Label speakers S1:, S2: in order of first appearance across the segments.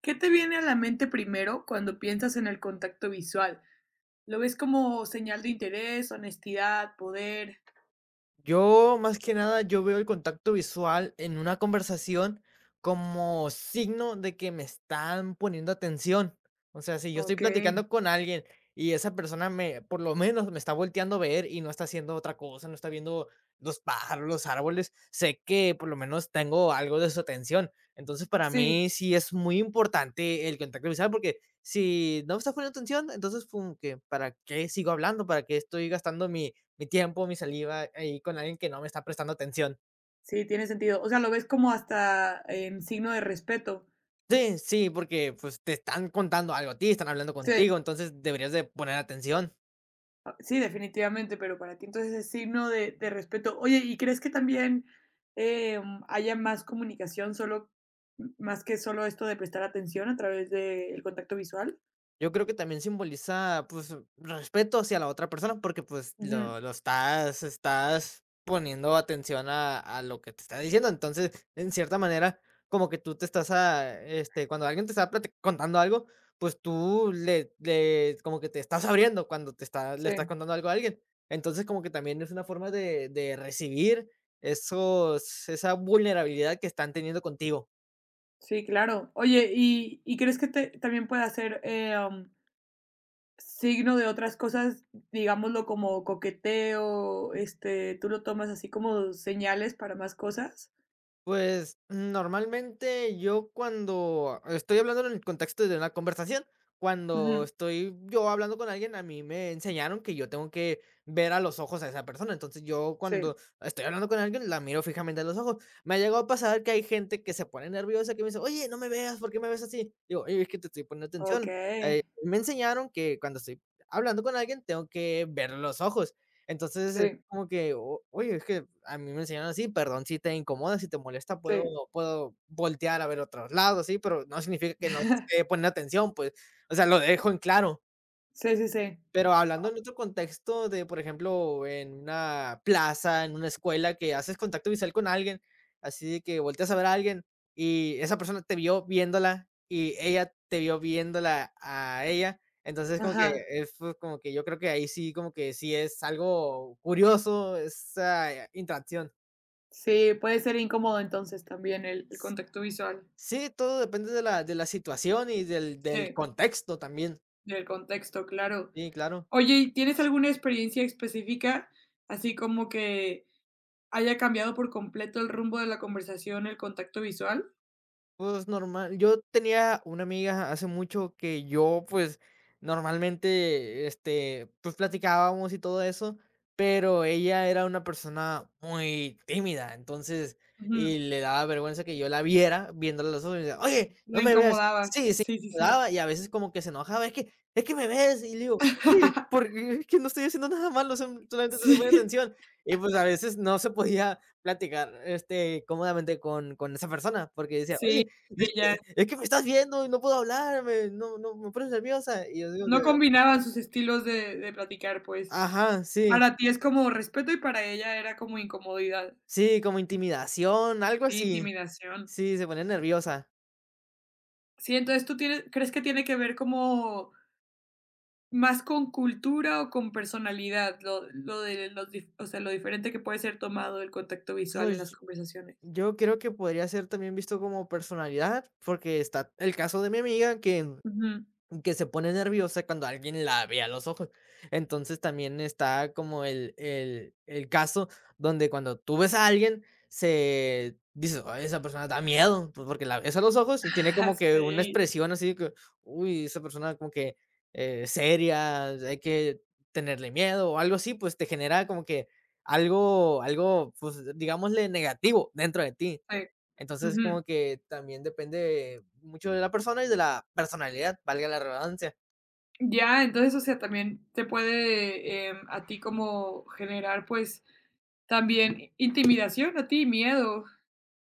S1: ¿Qué te viene a la mente primero cuando piensas en el contacto visual? ¿Lo ves como señal de interés, honestidad, poder?
S2: Yo, más que nada, yo veo el contacto visual en una conversación como signo de que me están poniendo atención. O sea, si yo estoy
S1: Ok,
S2: platicando con alguien y esa persona me, por lo menos, me está volteando a ver y no está haciendo otra cosa, no está viendo los pájaros, los árboles, sé que por lo menos tengo algo de su atención. Entonces, para
S1: sí,
S2: mí sí es muy importante el contacto visual porque si no me estás poniendo atención, entonces, pum, ¿que para qué sigo hablando? ¿Para qué estoy gastando mi tiempo, mi saliva ahí con alguien que no me está prestando atención?
S1: sí, tiene sentido. O sea, lo ves como hasta en signo de respeto.
S2: Sí, sí, porque, pues, te están contando algo a ti, están hablando
S1: Sí,
S2: contigo, entonces deberías de poner atención.
S1: ah, sí, definitivamente, pero para ti entonces es signo de respeto. Oye, ¿y crees que también eh, haya más comunicación solo, más que solo esto de prestar atención a través del contacto visual?
S2: Yo creo que también simboliza, pues, respeto hacia la otra persona, porque, pues,
S1: Ujú.
S2: lo estás poniendo atención a lo que te está diciendo. Entonces, en cierta manera, como que tú te estás cuando alguien te está plati contando algo, pues, tú le como que te estás abriendo cuando te está le estás
S1: Sí.
S2: contando algo a alguien. Entonces, como que también es una forma de recibir esos esa vulnerabilidad que están teniendo contigo.
S1: Sí, claro. Oye, ¿y crees que te también pueda ser, signo de otras cosas, digámoslo, como coqueteo? Este, ¿tú lo tomas así como señales para más cosas?
S2: Pues, normalmente yo cuando estoy hablando en el contexto de una conversación, cuando
S1: Ujú.
S2: estoy yo hablando con alguien, a mí me enseñaron que yo tengo que ver a los ojos a esa persona. Entonces, yo
S1: Sí.
S2: cuando estoy hablando con alguien, la miro fijamente a los ojos. Me ha llegado a pasar que hay gente que se pone nerviosa, que me dice: "Oye, no me veas, ¿por qué me ves así?". Digo: "Oye, es que te estoy poniendo atención".
S1: Okey.
S2: Me enseñaron que cuando estoy hablando con alguien, tengo que ver los ojos. Entonces
S1: Sí,
S2: como que, o oye, es que a mí me enseñaron así, perdón si te incomoda, si te molesta, puedo
S1: sí.
S2: puedo voltear a ver otros lados, sí, pero no significa que no te esté poniendo atención, pues, o sea, lo dejo en claro.
S1: Sí, sí, sí.
S2: Pero hablando en otro contexto de, por ejemplo, en una plaza, en una escuela, que haces contacto visual con alguien, así de que volteas a ver a alguien y esa persona te vio viéndola y ella te vio viéndola a ella. Entonces, como que
S1: Ajá.
S2: es fue como que yo creo que ahí sí, como que sí es algo curioso esa interacción.
S1: Sí, puede ser incómodo entonces también el contacto visual.
S2: Sí, todo depende de la situación y del
S1: Sí,
S2: contexto también.
S1: y el contexto, claro.
S2: Sí, claro.
S1: Oye, ¿y tienes alguna experiencia específica, así como que haya cambiado por completo el rumbo de la conversación, el contacto visual?
S2: Pues normal, yo tenía una amiga hace mucho que yo, pues, normalmente, este, pues platicábamos y todo eso, pero ella era una persona muy tímida, entonces,
S1: Ujú.
S2: y le daba vergüenza que yo la viera viéndola a los ojos y decía, oye,
S1: La
S2: no me veas.
S1: incomodaba.
S2: Sí, sí,
S1: Sí, sí,
S2: me
S1: sí.
S2: daba, y a veces como que se enojaba, es que me ves, y le digo, oye, porque es que no estoy haciendo nada malo, solamente te estoy
S1: Sí,
S2: poniendo atención. Y pues a veces no se podía platicar este, cómodamente con esa persona, porque decía,
S1: sí,
S2: oye, es
S1: ella
S2: que es que me estás viendo y no puedo hablar, me no me pones nerviosa. Y yo digo que
S1: no combinaban sus estilos de platicar, pues.
S2: ajá, sí,
S1: Para ti es como respeto y para ella era como incomodidad,
S2: sí, como intimidación, algo
S1: sí,
S2: así.
S1: intimidación.
S2: Sí, se pone nerviosa.
S1: Sí, entonces, ¿tú tienes crees que tiene que ver como más con cultura o con personalidad? Lo de los dif o sea, lo diferente que puede ser tomado el contacto visual en las
S2: Pues,
S1: conversaciones.
S2: yo creo que podría ser también visto como personalidad, porque está el caso de mi amiga que
S1: Ujú.
S2: que se pone nerviosa cuando alguien la ve a los ojos. Entonces también está como el caso donde cuando tú ves a alguien, se dices: "Ay, esa persona da miedo, pues porque la ves a los ojos y tiene como que una
S1: Sí,
S2: expresión así de que, uy, esa persona como que seria, hay que tenerle miedo o algo así", pues te genera como que algo, pues digámosle negativo dentro de ti.
S1: sí.
S2: Entonces,
S1: Ujú.
S2: como que también depende mucho de la persona y de la personalidad, valga la redundancia.
S1: Ya, entonces, o sea, también te puede, a ti como generar, pues, también intimidación a ti, miedo.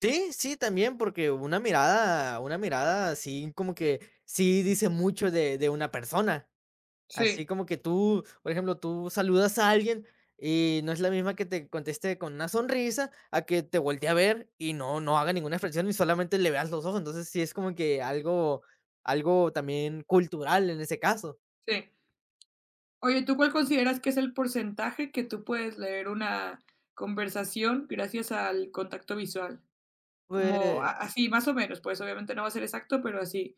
S2: Sí, sí, también, porque una mirada así como que sí dice mucho de una persona. Así
S1: Sí,
S2: como que tú, por ejemplo, tú saludas a alguien y no es la misma que te conteste con una sonrisa a que te voltee a ver y no haga ninguna expresión y solamente le veas los ojos. Entonces, sí es como que algo también cultural en ese caso.
S1: sí. Oye, ¿tú cuál consideras que es el porcentaje que tú puedes leer una conversación gracias al contacto visual? Como a
S2: Pues
S1: así, más o menos, pues, obviamente no va a ser exacto, pero así.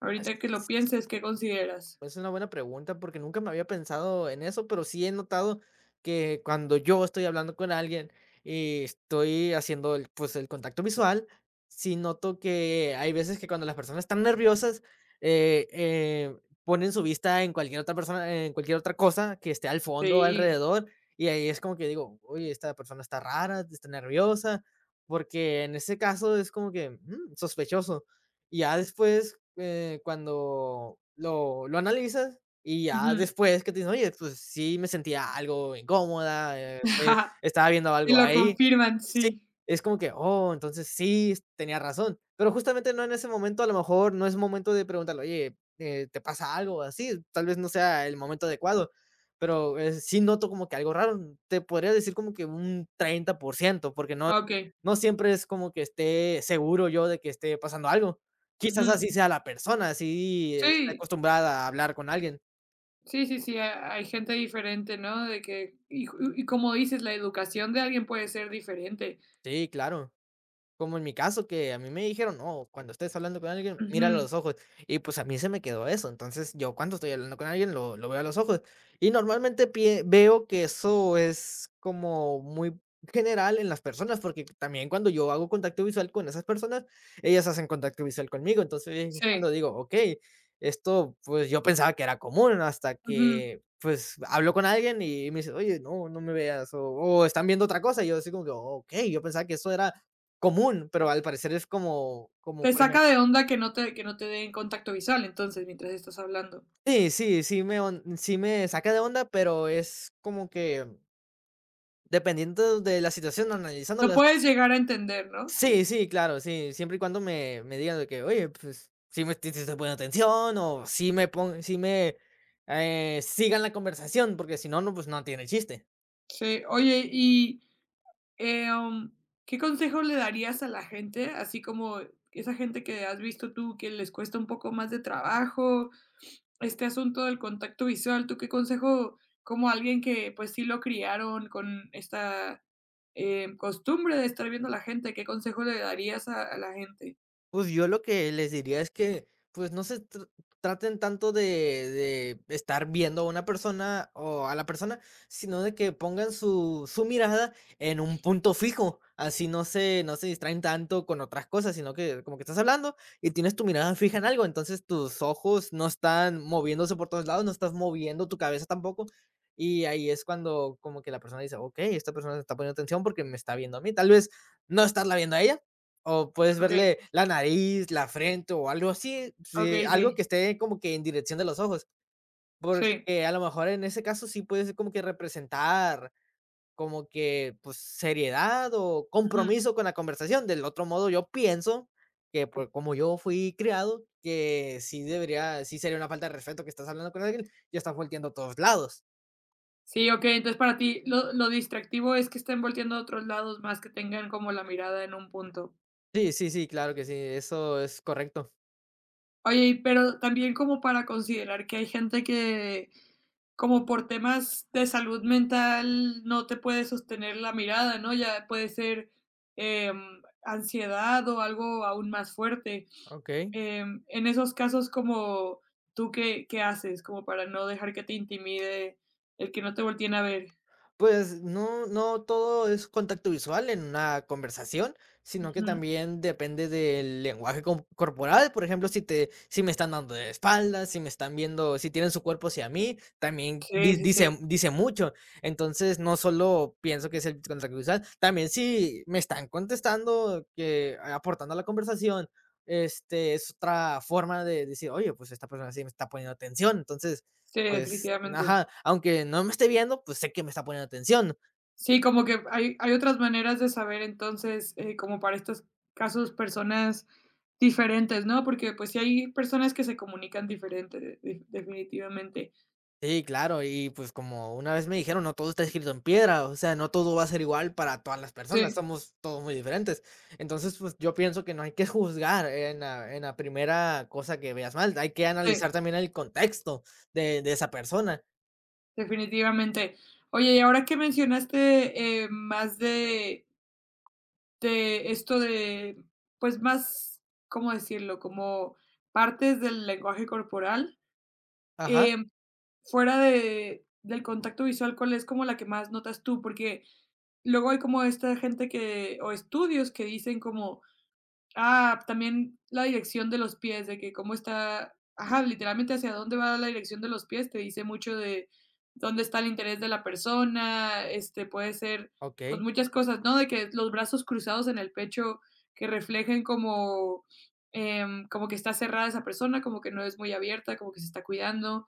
S1: Ahorita que lo pienses, ¿qué consideras?
S2: es una buena pregunta porque nunca me había pensado en eso, pero sí he notado que cuando yo estoy hablando con alguien y estoy haciendo el, pues, el contacto visual, sí noto que hay veces que cuando las personas están nerviosas, eh, eh, ponen su vista en cualquier otra persona, en cualquier otra cosa que esté al fondo o
S1: Sí.
S2: alrededor, y ahí es como que digo: "Oye, esta persona está rara, está nerviosa", porque en ese caso es como que sospechoso. Y ya después, cuando lo analizas, y ya
S1: Ujú.
S2: después que te dicen: "Oye, pues sí me sentía algo incómoda, estaba viendo
S1: Te
S2: algo
S1: lo
S2: ahí".
S1: confirman,
S2: Sí,
S1: sí.
S2: es como que: "Oh, entonces sí, tenía razón". Pero justamente no en ese momento, a lo mejor no es momento de preguntarle: "Oye, ¿te pasa algo así?". Tal vez no sea el momento adecuado, pero sí noto como que algo raro. Te podría decir como que un 30% porque no,
S1: Okey.
S2: no siempre es como que esté seguro yo de que esté pasando algo. Quizás
S1: Ujú.
S2: así sea la persona, así está
S1: Sí.
S2: acostumbrada a hablar con alguien.
S1: Sí, sí, sí, hay gente diferente, ¿no? De que, y, y como dices, la educación de alguien puede ser diferente.
S2: Sí, claro. Como en mi caso, que a mí me dijeron: "No, cuando estés hablando con alguien, míralo a
S1: Ujú.
S2: los ojos", y, pues, a mí se me quedó eso. Entonces, yo cuando estoy hablando con alguien lo veo a los ojos, y normalmente pie veo que eso es como muy general en las personas, porque también cuando yo hago contacto visual con esas personas, ellas hacen contacto visual conmigo. Entonces, ahí es
S1: Sí,
S2: cuando digo: "Okey, esto, pues, yo pensaba que era común", hasta
S1: ujú.
S2: que, pues, hablo con alguien y me dice: "Oye, no, no me veas", o están viendo otra cosa, y yo así como que: "Okey, yo pensaba que eso era común, pero al parecer es como,
S1: Te
S2: por
S1: saca
S2: ejemplo".
S1: de onda que no que no te den contacto visual, entonces, mientras estás hablando.
S2: Sí, sí, sí me on sí me saca de onda, pero es como que dependiendo de la situación,
S1: Lo
S2: analizándola.
S1: puedes llegar a entender, ¿no?
S2: Sí,
S1: Sí.
S2: sí, claro, sí, siempre y cuando me digan de que: "Oye, pues, sí me estuviste poniendo atención", o sí me, sigan la conversación, porque si no, no, pues, no tiene chiste.
S1: Sí. Oye, y eh, um, ¿qué consejo le darías a la gente? Así como esa gente que has visto tú que les cuesta un poco más de trabajo este asunto del contacto visual, ¿tú qué consejo, como alguien que, pues, sí lo criaron con esta, costumbre de estar viendo a la gente, qué consejo le darías a la gente?
S2: Pues, yo lo que les diría es que, pues, no se tr traten tanto de estar viendo a una persona o a la persona, sino de que pongan su mirada en un punto fijo, así no se distraen tanto con otras cosas, sino que como que estás hablando y tienes tu mirada fija en algo, entonces tus ojos no están moviéndose por todos lados, no estás moviendo tu cabeza tampoco, y ahí es cuando como que la persona dice: "Okey, esta persona se está poniendo atención porque me está viendo a mí", tal vez no estarla viendo a ella. O puedes
S1: Okey,
S2: verle la nariz, la frente o algo así, sí,
S1: okey,
S2: algo
S1: sí,
S2: que esté como que en dirección de los ojos,
S1: sí,
S2: porque a lo mejor en ese caso sí puedes como que representar como que, pues, seriedad o
S1: ujú.
S2: compromiso con la conversación. Del otro modo, yo pienso que, pues, como yo fui criado, que sí sería una falta de respeto que estás hablando con alguien y estás volteando a todos lados.
S1: Sí, okey, entonces para ti lo distractivo es que estén volteando a otros lados más que tengan como la mirada en un punto.
S2: Sí, sí, sí, claro que sí, eso es correcto.
S1: Oye, y pero también como para considerar que hay gente que, como por temas de salud mental, no te puede sostener la mirada, ¿no? Ya puede ser, ansiedad o algo aún más fuerte.
S2: Okey.
S1: Em, en esos casos, como, ¿tú qué haces? Como para no dejar que te intimide el que no te volteen a ver.
S2: Pues no, no todo es contacto visual en una conversación, sino que
S1: Ujú.
S2: también depende del lenguaje corporal. Por ejemplo, si me están dando de espaldas, si me están viendo, si tienen su cuerpo hacia mí, también
S1: Sí, sí, sí.
S2: dice mucho. Entonces, no solo pienso que es el contacto visual, también si me están contestando, que aportando a la conversación, este es otra forma de decir: "Oye, pues esta persona sí me está poniendo atención". Entonces,
S1: Sí,
S2: pues,
S1: definitivamente.
S2: ajá, aunque no me esté viendo, pues, sé que me está poniendo atención.
S1: Sí, como que hay otras maneras de saber entonces, como para estos casos, personas diferentes, ¿no? Porque, pues, sí hay personas que se comunican diferente, de definitivamente.
S2: Sí, claro, y, pues, como una vez me dijeron: "No todo está escrito en piedra", o sea, no todo va a ser igual para todas las personas,
S1: Sí,
S2: somos todos muy diferentes. Entonces, pues, yo pienso que no hay que juzgar en la primera cosa que veas mal, hay que
S1: sí,
S2: analizar también el contexto de esa persona.
S1: definitivamente. Oye, y ahora que mencionaste, más de esto de, pues, más, ¿cómo decirlo? Como partes del lenguaje corporal,
S2: Ajá,
S1: em, fuera de del contacto visual, ¿cuál es como la que más notas tú? Porque luego hay como esta gente que o estudios que dicen como, ah, también la dirección de los pies, de que cómo está, ajá, literalmente hacia dónde va la dirección de los pies, te dice mucho de dónde está el interés de la persona, este, puede ser, pues,
S2: okey.
S1: muchas cosas, ¿no? De que los brazos cruzados en el pecho que reflejen como, como que está cerrada esa persona, como que no es muy abierta, como que se está cuidando.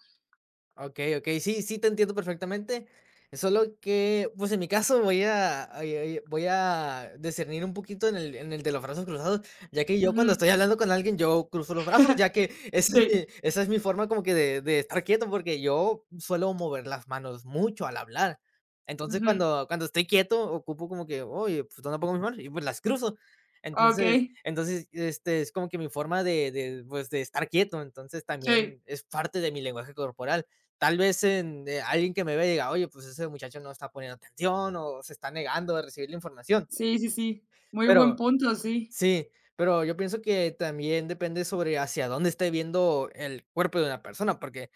S2: Okey, okey. Sí, sí, te entiendo perfectamente. Solo que, pues, en mi caso voy a voy a discernir un poquito en el de los brazos cruzados, ya que yo cuando
S1: Ujú.
S2: estoy hablando con alguien, yo cruzo los brazos, ya que
S1: Sí.
S2: esa es mi forma como que de estar quieto, porque yo suelo mover las manos mucho al hablar. Entonces,
S1: Ujú.
S2: cuando estoy quieto, ocupo como que: "Oye, pues, ¿dónde pongo mis manos?". Y, pues, las cruzo. Entonces
S1: Okey.
S2: entonces, es como que mi forma de, pues, de estar quieto. Entonces,
S1: Sí.
S2: también es parte de mi lenguaje corporal tal vez en, alguien que me vea y diga, oye, pues ese muchacho no está poniendo atención o se está negando de recibir la información.
S1: Sí, sí, sí. Muy buen
S2: Pero
S1: punto, sí.
S2: sí, pero yo pienso que también depende sobre hacia dónde esté viendo el cuerpo de una persona, porque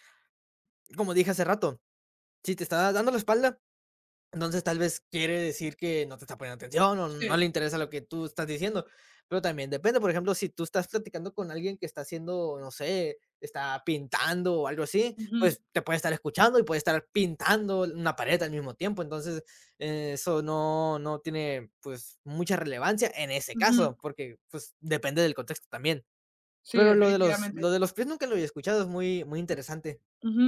S2: como dije hace rato, si te está dando la espalda, entonces, tal vez quiere decir que no te está poniendo atención, o no le
S1: Sí.
S2: interesa lo que tú estás diciendo. Pero también depende, por ejemplo, si tú estás platicando con alguien que está haciendo, no sé, está pintando o algo así,
S1: Ujú,
S2: pues te puede estar escuchando y puede estar pintando una pared al mismo tiempo. Entonces, eso no, no tiene pues mucha relevancia en ese
S1: ujú.
S2: caso, porque pues depende del contexto también.
S1: Sí,
S2: Pero lo de los, lo
S1: definitivamente.
S2: de los pies nunca lo había escuchado, es muy, muy interesante.
S1: Ujú,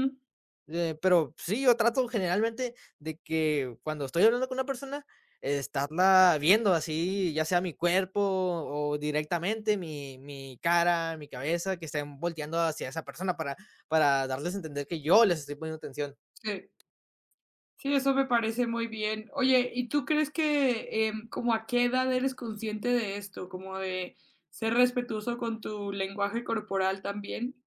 S2: Pero sí, yo trato generalmente de que cuando estoy hablando con una persona, estarla viendo así, ya sea mi cuerpo o directamente mi cara, mi cabeza, que estén volteando hacia esa persona para, darles a entender que yo les estoy poniendo atención.
S1: sí. Sí, eso me parece muy bien. Oye, ¿y tú crees que, como a qué edad eres consciente de esto? Como de ser respetuoso con tu lenguaje corporal también,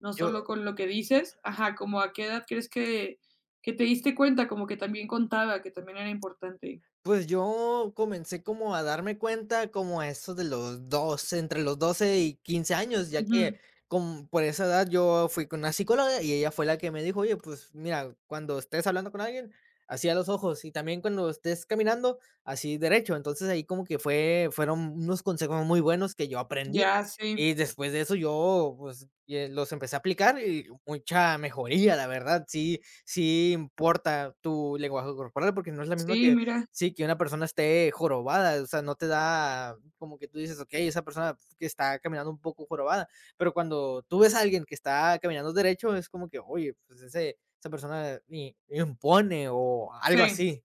S1: no solo
S2: Yo,
S1: con lo que dices. Ajá, ¿como a qué edad crees que te diste cuenta como que también contaba, que también era importante?
S2: Pues yo comencé como a darme cuenta como a eso de los 12, entre los 12 y 15 años, ya que
S1: Ujú.
S2: con por esa edad yo fui con una psicóloga y ella fue la que me dijo: "Oye, pues mira, cuando estés hablando con alguien, así a los ojos y también cuando estés caminando, así derecho". Entonces ahí como que fueron unos consejos muy buenos que yo aprendí,
S1: Ya, sí.
S2: y después de eso yo, pues, los empecé a aplicar y mucha mejoría, la verdad, sí sí importa tu lenguaje corporal porque no es la misma
S1: Sí,
S2: que
S1: mira.
S2: sí, que una persona esté jorobada, o sea, no te da como que tú dices, ok, esa persona que está caminando un poco jorobada, pero cuando tú ves a alguien que está caminando derecho, es como que, oye, pues ese, esa persona impone o algo
S1: Sí,
S2: así,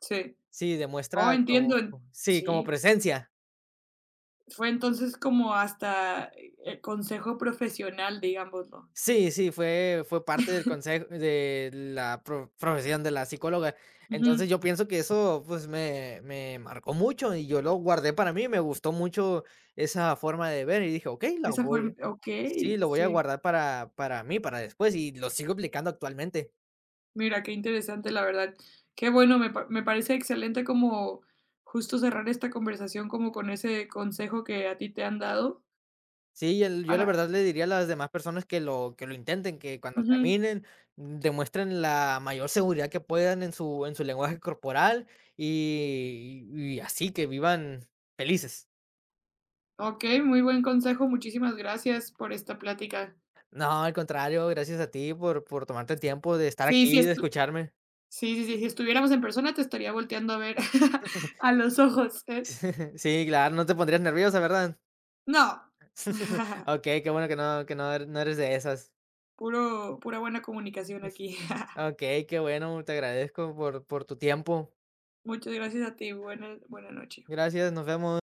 S1: sí.
S2: sí,
S1: Oh,
S2: demuestra
S1: entiendo,
S2: como,
S1: en
S2: sí, como
S1: sí.
S2: presencia.
S1: Fue entonces como hasta, consejo profesional, digámoslo.
S2: Sí, sí, fue parte del consejo de la profesión de la psicóloga. Entonces,
S1: Ujú.
S2: yo pienso que eso, pues, me marcó mucho y yo lo guardé para mí, me gustó mucho esa forma de ver y dije: "Okey, la
S1: Esa forma,
S2: voy sí,
S1: okey,
S2: lo voy a
S1: sí.
S2: guardar para mí, para después", y lo sigo aplicando actualmente.
S1: Mira, qué interesante, la verdad. Qué bueno, me pa me parece excelente como justo cerrar esta conversación como con ese consejo que a ti te han dado
S2: Sí, el yo la
S1: para
S2: verdad le diría a las demás personas que lo intenten, que cuando
S1: ujú.
S2: caminen, demuestren la mayor seguridad que puedan en su lenguaje corporal, y así, que vivan felices.
S1: Okey, muy buen consejo. Muchísimas gracias por esta plática.
S2: No, al contrario, gracias a ti por tomarte el tiempo de estar
S1: Sí, sí,
S2: aquí, de
S1: estu
S2: escucharme.
S1: sí, sí, sí, si estuviéramos en persona, te estaría volteando a ver a los ojos, eh.
S2: Sí, claro, no te pondrías nerviosa, ¿verdad?
S1: No.
S2: Okey, qué bueno que no eres de esas.
S1: Puro Pura buena comunicación aquí.
S2: Okey, qué bueno, te agradezco por tu tiempo.
S1: Muchas gracias a ti. Buena buena noche.
S2: Gracias, nos vemos.